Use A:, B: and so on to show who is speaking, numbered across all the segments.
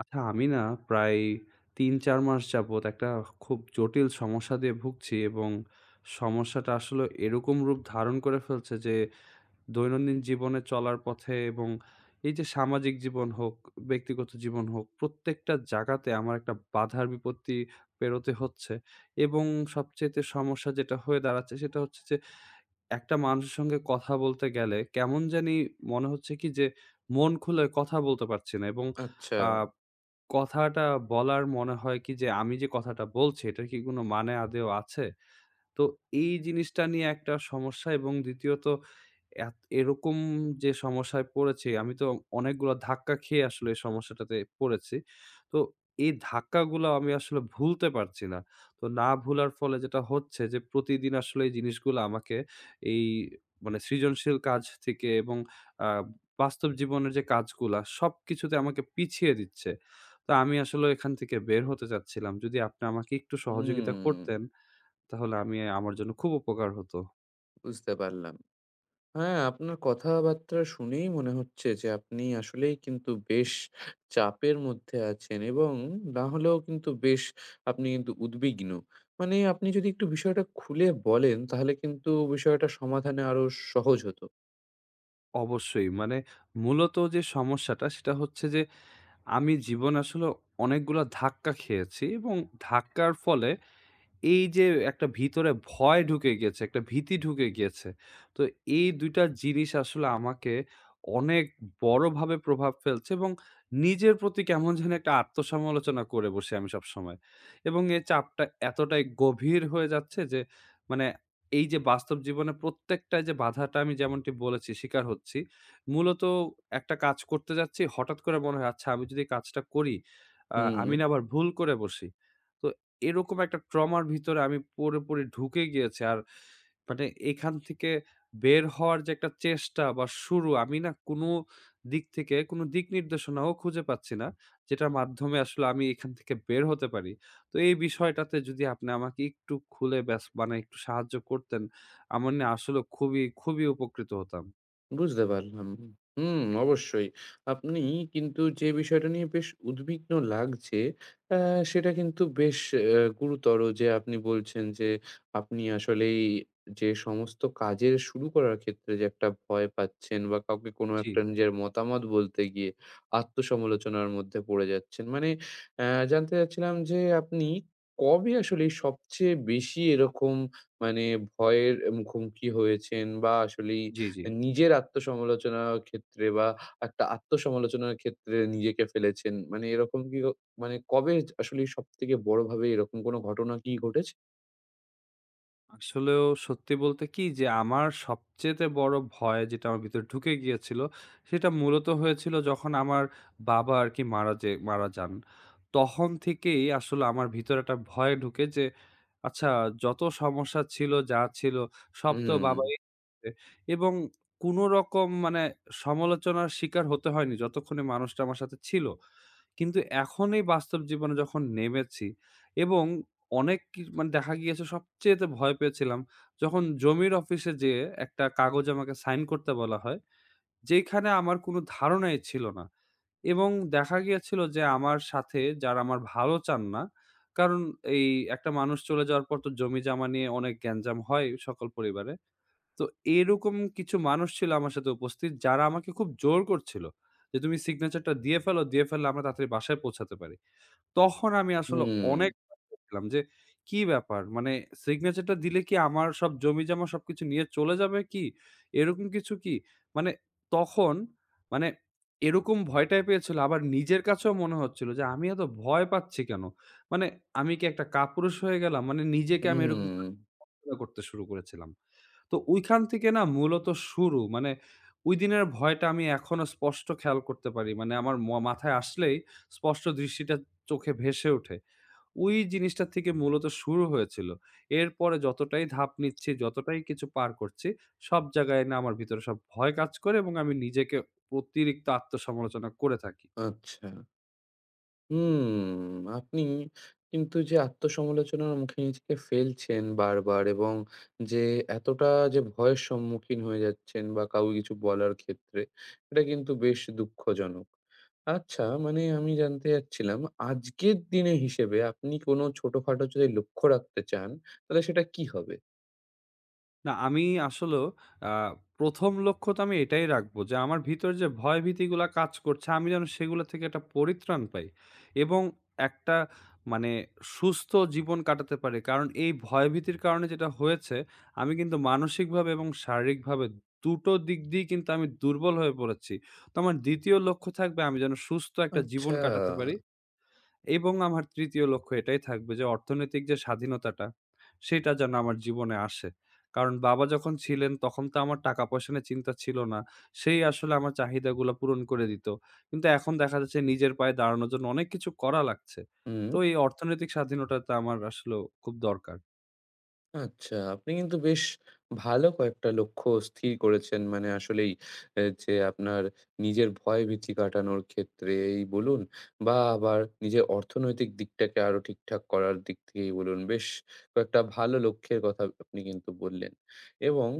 A: আচ্ছা আমি না প্রায় ৩-৪ মাস যাবৎ একটা খুব জটিল সমস্যা দিয়ে ভুগছি, এবং সমস্যাটা আসলে এরকম রূপ ধারণ করে ফেলছে যে দৈনন্দিন জীবনে চলার পথে এবং এই যে সামাজিক জীবন হোক, ব্যক্তিগত জীবন হোক, প্রত্যেকটা জায়গাতে আমার একটা বাধার বিপত্তি পেরোতে হচ্ছে। এবং সবচাইতে সমস্যা যেটা হয়ে দাঁড়াচ্ছে সেটা হচ্ছে যে একটা মানুষের সঙ্গে কথা বলতে গেলে কেমন জানি মনে হচ্ছে কি যে মন খুলে কথা বলতে পারছি না। এবং
B: আচ্ছা,
A: আ কথাটা বলার মনে হয় কি যে, আমি যে কথাটা বলছি এটার কি কোনো মানে আদৌ আছে? তো এই জিনিসটা নিয়ে একটা সমস্যা, এবং দ্বিতীয়ত এত এরকম যে সমস্যায় পড়েছি, আমি তো অনেকগুলা ধাক্কা খেয়ে আসলে এই সমস্যাটাতে পড়েছি। তো এই ধাক্কাগুলো আমি আসলে ভুলতে পারছি না। তো না ভুলার ফলে যেটা হচ্ছে যে প্রতিদিন আসলে এই জিনিসগুলো আমাকে এই মানে সৃজনশীল কাজ থেকে এবং আ বাস্তব জীবনের যে কাজগুলা সবকিছুতে আমাকে পিছিয়ে দিচ্ছে। তো আমি আসলে এখান থেকে বের হতে চাচ্ছিলাম। যদি আপনি আমাকে একটু সহযোগিতা
B: হুম,
A: করতেন, তাহলে আমি আমার জন্য খুব উপকার হতো।
B: বুঝতে পারলাম। হ্যাঁ, আপনার কথাবার্তা শুনেই মনে হচ্ছে যে আপনি আসলেই কিন্তু বেশ চাপের মধ্যে আছেন এবং না হলেও কিন্তু বেশ আপনি কিন্তু উদ্বিগ্ন। মানে আপনি যদি একটু বিষয়টা খুলে বলেন তাহলে কিন্তু বিষয়টা সমাধানে আরো সহজ হতো।
A: অবশ্যই। মানে মূলত যে সমস্যাটা সেটা হচ্ছে যে আমি জীবনে আসলে অনেকগুলা ধাক্কা খেয়েছি, এবং ধাক্কার ফলে এই যে একটা ভিতরে ভয় ঢুকে গিয়েছে, একটা ভীতি ঢুকে গিয়েছে। তো এই ২ টা জিনিস আসলে আমাকে অনেক বড়ভাবে প্রভাব ফেলছে, এবং নিজের প্রতি কেমন যেন একটা আত্মসমালোচনা করে বসি আমি সবসময়। এবং এই চাপটা এতটাই গভীর হয়ে যাচ্ছে যে মানে এই যে বাস্তব জীবনে প্রত্যেকটা যে বাধাটা আমি যেমনটি বলেছি শিকার হচ্ছি। মূলত একটা কাজ করতে যাচ্ছি হঠাৎ করে মনে হয় আচ্ছা আমি যদি কাজটা করি,
B: হুম।
A: আমি না আবার ভুল করে বসি। তো এরকম একটা ট্রমার ভিতরে আমি পুরোপুরি ঢুকে গিয়েছি। আর মানে এখান থেকে বের হওয়ার যে একটা চেষ্টা বা শুরু আমি না কোনো দিক থেকে কোনো দিক নির্দেশনাও খুঁজে পাচ্ছি না। যেটার মাধ্যমে আসলে আমি এখান থেকে বের হতে পারি। তো এই বিষয়টাতে যদি আপনি আমাকে একটু খুলে ব্যাস মানে একটু সাহায্য করতেন, আমার না আসলে খুবই, খুবই উপকৃত হতাম।
B: বুঝতে পারলাম। হুম, অবশ্যই। আপনি কিন্তু যে বিষয়টা নিয়ে বেশ উদ্বিগ্ন লাগছে, অ্যা সেটা কিন্তু বেশ গুরুতর যে আপনি বলছেন যে আপনি আসলেই যে সমস্ত কাজের শুরু করার ক্ষেত্রে যে একটা ভয় পাচ্ছেন বা কাউকে কোনো
A: জি,
B: একটা নিজের মতামত বলতে গিয়ে আত্মসমালোচনার মধ্যে পড়ে যাচ্ছেন। মানে জানতে চাচ্ছিলাম যে আপনি কবে আসলে সবচেয়ে বেশি এরকম মানে ভয়ের মুখোমুখি হয়েছেন বা আসলেই
A: জি।
B: নিজের আত্মসমালোচনার ক্ষেত্রে বা একটা আত্মসমালোচনার ক্ষেত্রে নিজেকে ফেলেছেন। মানে এরকম কি ও মানে কবে আসলে সবথেকে বড়ভাবে এরকম কোনো ঘটনা কি ঘটেছে?
A: আসলেও সত্যি বলতে কি যে আমার সবচেয়েতে বড় ভয় যেটা আমার ভিতরে ঢুকে গিয়েছিল সেটা মূলত হয়েছিল যখন আমার বাবা আর কি মারা যান। তখন থেকেই আসলে আমার ভিতরে একটা ভয় ঢুকে যে আচ্ছা যত সমস্যা ছিল যা ছিল সব তো
B: হুম,
A: বাবাই করেছে। এবং কোনো রকম মানে সমালোচনার শিকার হতে হয়নি যতক্ষণে মানুষটা আমার সাথে ছিল। কিন্তু এখন এই বাস্তব জীবনে যখন নেমেছি, এবং অনেক কি মানে দেখা গিয়েছে সবচেয়েতে ভয় পেয়েছিলাম যখন জমির অফিসে যেয়ে একটা কাগজ আমাকে সাইন করতে বলা হয়, যেইখানে আমার কোনো ধারণাই ছিল না। এবং দেখা গিয়েছিল যে আমার সাথে যারা আমার ভালো চান না, কারণ এই একটা মানুষ চলে যাওয়ার পর তো জমি-জমা নিয়ে অনেক গ্যাঞ্জাম হয় সকল পরিবারে। তো এরকম কিছু মানুষ ছিল আমার সাথে উপস্থিত যারা আমাকে খুব জোর করছিল যে, "তুমি সিগনেচারটা দিয়ে ফেলো, দিয়ে ফেললে আমরা তাড়াতাড়ি বাসায় পৌঁছাতে পারি।" তখন আমি আসলে
B: হুম,
A: অনেক ছিলাম যে কি ব্যাপার? মানে সিগনেচারটা দিলে কি আমার সব জমিজমা সবকিছু নিয়ে চলে যাবে কি? এরকম কিছু কি? মানে তখন মানে এরকম ভয়টাই পেয়েছিল, আবার নিজের কাছেও মনে হচ্ছিল যে আমি এত ভয় পাচ্ছি কেন? মানে আমি কি একটা কাপুরুষ হয়ে গেলাম? মানে নিজেকে আমি এরকম
B: হুম,
A: করতে শুরু করেছিলাম। তো ওইখান থেকে না মূলত শুরু। মানে ওইদিনের ভয়টা আমি এখনো স্পষ্ট খেয়াল করতে পারি। মানে আমার মাথায় আসলেই স্পষ্ট দৃষ্টিটা চোখে ভেসে ওঠে। ওই জিনিসটা থেকে মূলত শুরু হয়েছিল। এরপরে যতটাই ধাপ নিচ্ছি, যতটাই কিছু পার করছি, সব জায়গায় না আমার ভিতরে সব ভয় কাজ করে, এবং আমি নিজেকে অতিরিক্ত আত্মসমালোচনা করে থাকি।
B: আচ্ছা। হুম, আপনি কিন্তু যে আত্মসমালোচনার মুখে নিজেকে ফেলছেন বারবার এবং যে এতটা যে ভয়ের সম্মুখীন হয়ে যাচ্ছেন বা কাউকে কিছু বলার ক্ষেত্রে, এটা কিন্তু বেশ দুঃখজনক। আচ্ছা, মানে আমি জানতে চাচ্ছিলাম আজকের দিনে হিসেবে আপনি কোনো ছোটখাটো যদি লক্ষ্য রাখতে চান, তাহলে সেটা কি হবে?
A: না আমি আসলেও আ ১ম লক্ষ্য তো আমি এটাই রাখবো যে, আমার ভিতর যে ভয়-ভীতিগুলা কাজ করছে, আমি যেন সেগুলা থেকে একটা পরিত্রাণ পাই, এবং একটা মানে সুস্থ জীবন কাটাতে পারি। কারণ এই ভয়-ভীতির কারণে যেটা হয়েছে, আমি কিন্তু মানসিকভাবে এবং শারীরিকভাবে দুটো দিক দিয়েই কিন্তু আমি দুর্বল হয়ে পড়েছি। তো আমার ২য় লক্ষ্য থাকবে আমি যেন সুস্থ একটা জীবন
B: আচ্ছা,
A: কাটাতে পারি। এবং আমার ৩য় লক্ষ্য এটাই থাকবে যে অর্থনৈতিক যে স্বাধীনতাটা, সেটা যেন আমার জীবনে আসে। কারণ বাবা যখন ছিলেন তখন তো আমার টাকা-পয়সা নিয়ে চিন্তা ছিল না। সেই আসলে আমার চাহিদাগুলা পূরণ করে দিত। কিন্তু এখন দেখা যাচ্ছে নিজের পায়ে দাঁড়ানোর জন্য অনেক কিছু করা লাগছে।
B: হুম।
A: তো এই অর্থনৈতিক স্বাধীনতাটা আমার আসলেও খুব দরকার।
B: আচ্ছা, আপনি কিন্তু বেশ ভালো কয়েকটা লক্ষ্য স্থির করেছেন। মানে আসলেই এ যে আপনার নিজের ভয়-ভীতি কাটানোর ক্ষেত্রেই বলুন বা আবার নিজের অর্থনৈতিক দিকটাকে আরো ঠিকঠাক করার দিক থেকেই বলুন, বেশ কয়েকটা ভালো লক্ষ্যের কথা আপনি কিন্তু বললেন। এবং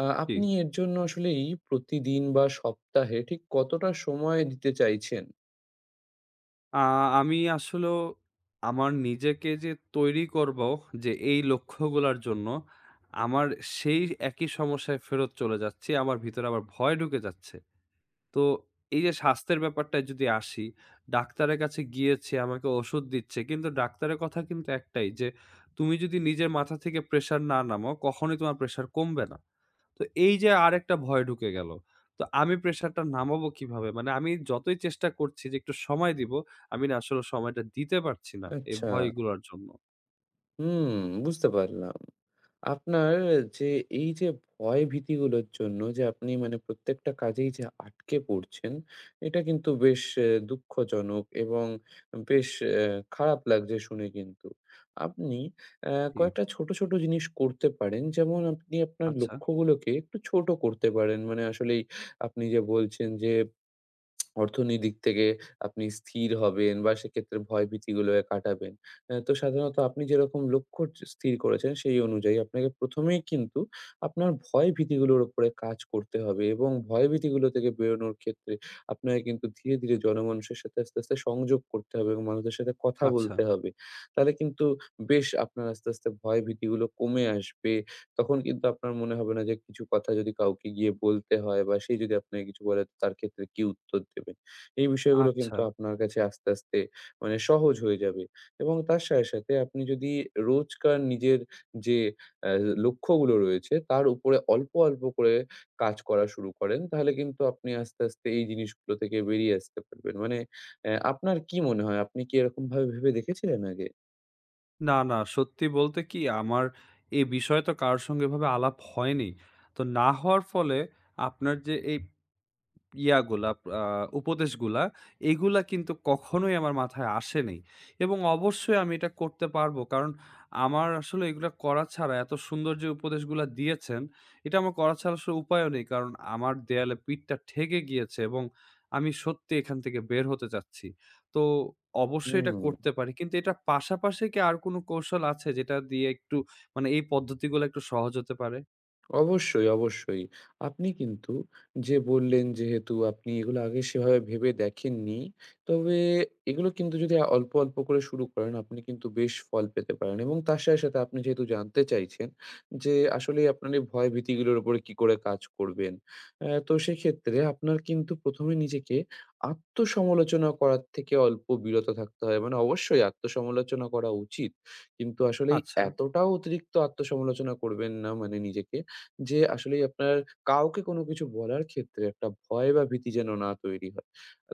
A: জি।
B: আপনি এর জন্য আসলেই প্রতিদিন বা সপ্তাহে ঠিক কতটা সময় দিতে চাইছেন?
A: আ আমি আসলেও আমার নিজেকে যে তৈরি করব যে এই লক্ষ্যগুলার জন্য, আমার সেই একই সমস্যায় ফেরত চলে যাচ্ছি। আমার ভিতরে আবার ভয় ঢুকে যাচ্ছে। তো এই যে স্বাস্থ্যের ব্যাপারটায় যদি আসি, ডাক্তারের কাছে গিয়েছি, আমাকে ওষুধ দিচ্ছে। কিন্তু ডাক্তারের কথা কিন্তু একটাই যে, "তুমি যদি নিজের মাথা থেকে প্রেশার না নামাও, কখনোই তোমার প্রেশার কমবে না।" তো এই যে আরেকটা ভয় ঢুকে গেল। তো আমি প্রেশারটা নামাবো কিভাবে? মানে আমি যতই চেষ্টা করছি যে একটু সময় দিব, আমি না আসলে সময়টা দিতে পারছি না এই
B: আচ্ছা।
A: ভয়গুলোর জন্য।
B: হুম, বুঝতে পারলাম। আপনার যে এই যে ভয় ভীতিগুলোর জন্য যে আপনি মানে প্রত্যেকটা কাজেই যে আটকে পড়ছেন, এটা কিন্তু বেশ দুঃখজনক এবং বেশ এ খারাপ লাগছে শুনে কিন্তু। আপনি অ্যা
A: জি।
B: কয়েকটা ছোট, ছোট জিনিস করতে পারেন। যেমন আপনি আপনার
A: আচ্ছা,
B: লক্ষ্যগুলোকে একটু ছোট করতে পারেন। মানে আসলেই আপনি যে বলছেন যে অর্থনীতির দিক থেকে আপনি স্থির হবেন বা সেক্ষেত্রে ভয়-ভীতিগুলোকে কাটাবেন। তো সাধারণত আপনি যেরকম লক্ষ্য স্থির করেছেন সেই অনুযায়ী আপনাকে ১ম এই কিন্তু আপনার ভয়-ভীতিগুলোর উপরে কাজ করতে হবে এবং ভয়-ভীতিগুলো থেকে বেরোনোর ক্ষেত্রে আপনাকে কিন্তু ধীরে, ধীরে জনমানুষের সাথে আস্তে, আস্তে সংযোগ করতে হবে এবং মানুষদের সাথে কথা
A: আচ্ছা,
B: বলতে হবে। তাহলে কিন্তু বেশ আপনার আস্তে, আস্তে ভয়-ভীতিগুলো কমে আসবে তখন কিন্তু আপনার মনে হবে না যে কিছু কথা যদি কাউকে গিয়ে বলতে হয় বা সে যদি আপনাকে কিছু বলে তো তার ক্ষেত্রে কি উত্তর দেবেন। এই বিষয়গুলো
A: আচ্ছা।
B: কিন্তু আপনার কাছে আস্তে, আস্তে মানে সহজ হয়ে যাবে এবং তার সাথে, সাথে আপনি যদি রোজকার নিজের যে অ্যা লক্ষ্যগুলো রয়েছে তার উপরে অল্প, অল্প করে কাজ করা শুরু করেন তাহলে কিন্তু আপনি আস্তে, আস্তে এই জিনিসগুলো থেকে বেরিয়ে আসতে পারবেন। মানে আপনার কি মনে হয়? আপনি কি এরকমভাবে ভেবে দেখেছিলেন আগে?
A: না, না সত্যি বলতে কি আমার এই বিষয়ে তো কারো সঙ্গে এভাবে আলাপ হয়নি। তো না হওয়ার ফলে আপনার যে এই ইয়াগুলা আ উপদেশগুলা, এগুলা কিন্তু কখনোই আমার মাথায় আসে নাই। এবং অবশ্যই আমি এটা করতে পারবো। কারণ আমার আসলে এগুলা করা ছাড়া এত সুন্দর যে উপদেশগুলা দিয়েছেন, এটা আমার করা ছাড়া আসলে উপায়ও নেই। কারণ আমার দেয়ালে পিঠটা ঠেকে গিয়েছে, এবং আমি সত্যি এখান থেকে বের হতে চাচ্ছি। তো অবশ্যই এটা
B: হুম।
A: করতে পারি। কিন্তু এটার পাশাপাশি কি আর কোনো কৌশল আছে যেটা দিয়ে একটু মানে এই পদ্ধতিগুলা একটু সহজ হতে পারে?
B: অবশ্যই, অবশ্যই। আপনি কিন্তু যে বললেন যেহেতু আপনি এগুলো আগে সেভাবে ভেবে দেখেননি। তবে এগুলো কিন্তু যদি অল্প, অল্প করে শুরু করেন আপনি কিন্তু বেশ ফল পেতে পারেন এবং তার সাথে, সাথে আপনি যেহেতু জানতে চাইছেন যে আসলেই আপনার এই ভয় ভীতিগুলোর উপরে কি করে কাজ করবেন। তো সেক্ষেত্রে আপনার কিন্তু ১ম এ নিজেকে আত্মসমালোচনা করার থেকে অল্প বিরত থাকতে হয়। মানে অবশ্যই আত্মসমালোচনা করা উচিত। কিন্তু আসলেই
A: আচ্ছা,
B: এতটাও অতিরিক্ত আত্মসমালোচনা করবেন না মানে নিজেকে যে আসলেই আপনার কাউকে কোনো কিছু বলার ক্ষেত্রে একটা ভয় বা ভীতি যেন না তৈরি হয়।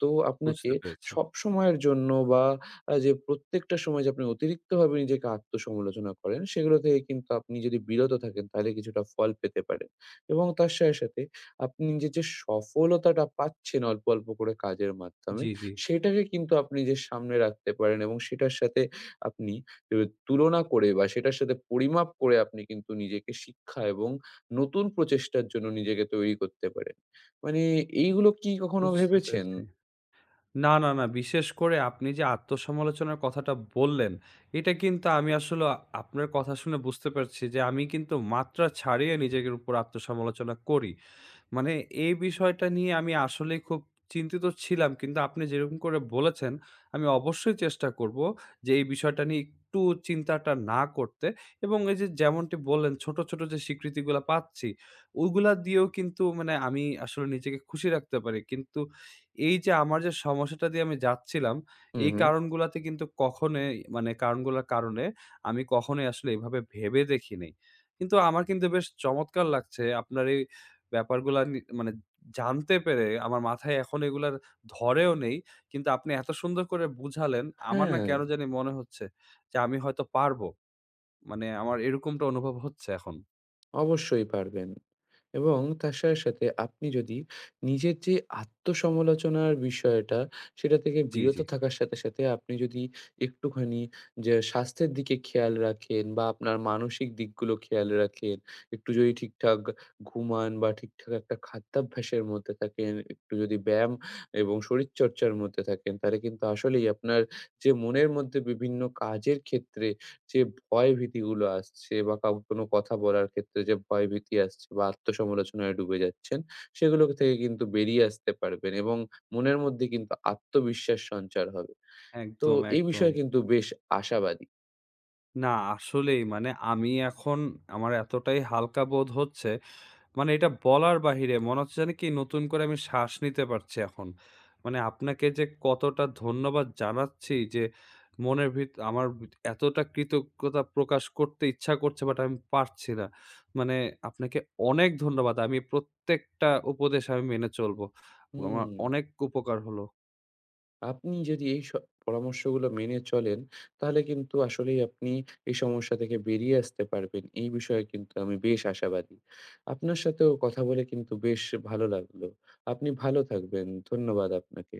B: তো আপনাকে
A: বুঝতে পেরেছি।
B: সবসময়ের জন্য বা যে প্রত্যেকটা সময় যে আপনি অতিরিক্তভাবে নিজেকে আত্মসমালোচনা করেন, সেগুলো থেকে কিন্তু আপনি যদি বিরত থাকেন তাহলে কিছুটা ফল পেতে পারেন। এবং তার সাথে, সাথে আপনি নিজের যে সফলতাটা পাচ্ছেন অল্প, অল্প করে কাজের মাধ্যমে,
A: জি, জি,
B: সেটাকে কিন্তু আপনি নিজের সামনে রাখতে পারেন এবং সেটার সাথে আপনি এ তুলনা করে বা সেটার সাথে পরিমাপ করে আপনি কিন্তু নিজেকে শিক্ষা এবং নতুন প্রচেষ্টার জন্য নিজেকে তৈরি করতে পারেন। মানে এইগুলো কি কখনো
A: বুঝতে
B: ভেবেছেন?
A: পেরেছি। না, না, না। বিশেষ করে আপনি যে আত্মসমালোচনার কথাটা বললেন, এটা কিন্তু আমি আসলে আপনার কথা শুনে বুঝতে পারছি যে আমি কিন্তু মাত্রা ছাড়িয়ে নিজের উপর আত্মসমালোচনা করি। মানে এই বিষয়টা নিয়ে আমি আসলেই খুব চিন্তিত ছিলাম। কিন্তু আপনি যেরকম করে বলেছেন, আমি অবশ্যই চেষ্টা করব যে এই বিষয়টা নিয়ে একটু চিন্তাটা না করতে, এবং এই যে যেমনটি বললেন ছোট, ছোট যে স্বীকৃতিগুলা পাচ্ছি, ওগুলা দিয়েও কিন্তু মানে আমি আসলে নিজেকে খুশি রাখতে পারি। কিন্তু এই যে আমার যে সমস্যাটা দিয়ে আমি যাচ্ছিলাম,
B: হু,
A: এই
B: হু।
A: কারণগুলাতে কিন্তু কখনোই মানে কারণগুলার কারণে আমি কখনোই আসলে এভাবে ভেবে দেখি নাই। কিন্তু আমার কিন্তু বেশ চমৎকার লাগছে আপনার এই ব্যাপারগুলা মানে জানতে পেরে আমার মাথায় এখন এগুলার ধরেও নেই। কিন্তু আপনি এত সুন্দর করে বুঝালেন, আমার না
B: হ্যাঁ।
A: কেন জানি মনে হচ্ছে যে আমি হয়তো পারব। মানে আমার এরকমটা অনুভব হচ্ছে এখন।
B: অবশ্যই পারবেন। এবং তার সাথে, সাথে আপনি যদি নিজের যে আত্মসমালোচনার বিষয়টা, সেটা থেকে
A: জি,
B: বিরত
A: জি।
B: থাকার সাথে, সাথে আপনি যদি একটুখানি যে স্বাস্থ্যের দিকে খেয়াল রাখেন বা আপনার মানসিক দিকগুলো খেয়াল রাখেন, একটু যদি ঠিকঠাক ঘুমান বা ঠিকঠাক একটা খাদ্যাভ্যাসের মধ্যে থাকেন, একটু যদি ব্যায়াম এবং শরীরচর্চার মধ্যে থাকেন, তাহলে কিন্তু আসলেই আপনার যে মনের মধ্যে বিভিন্ন কাজের ক্ষেত্রে যে ভয়-ভীতিগুলো আসছে বা কাউকে কোনো কথা বলার ক্ষেত্রে যে ভয়-ভীতি আসছে বা আত্মসমালোচনায় ডুবে যাচ্ছেন, সেগুলো থেকে কিন্তু বেরিয়ে আসতে পারবেন এবং মনের মধ্যে কিন্তু আত্মবিশ্বাস সঞ্চার হবে। তো
A: একদম,
B: এই
A: একদম।
B: বিষয়ে কিন্তু বেশ আশাবাদী।
A: না আসলেই মানে আমি এখন আমার এতটাই হালকা বোধ হচ্ছে মানে এটা বলার বাহিরে মনে হচ্ছে যেন কি নতুন করে আমি শ্বাস নিতে পারছি এখন। মানে আপনাকে যে কতটা ধন্যবাদ জানাচ্ছি যে মনের ভিত আমার ভিত এতটা কৃতজ্ঞতা প্রকাশ করতে ইচ্ছা করছে বাট আমি পারছি না। মানে আপনাকে অনেক ধন্যবাদ। আমি প্রত্যেকটা উপদেশ আমি মেনে চলবো। আমার
B: হুম,
A: অনেক উপকার হলো।
B: আপনি যদি এই পরামর্শগুলো মেনে চলেন, তাহলে কিন্তু আসলেই আপনি এই সমস্যা থেকে বেরিয়ে আসতে পারবেন। এই বিষয়ে কিন্তু আমি বেশ আশাবাদী। আপনার সাথেও কথা বলে কিন্তু বেশ ভালো লাগলো। আপনি ভালো থাকবেন। ধন্যবাদ আপনাকে।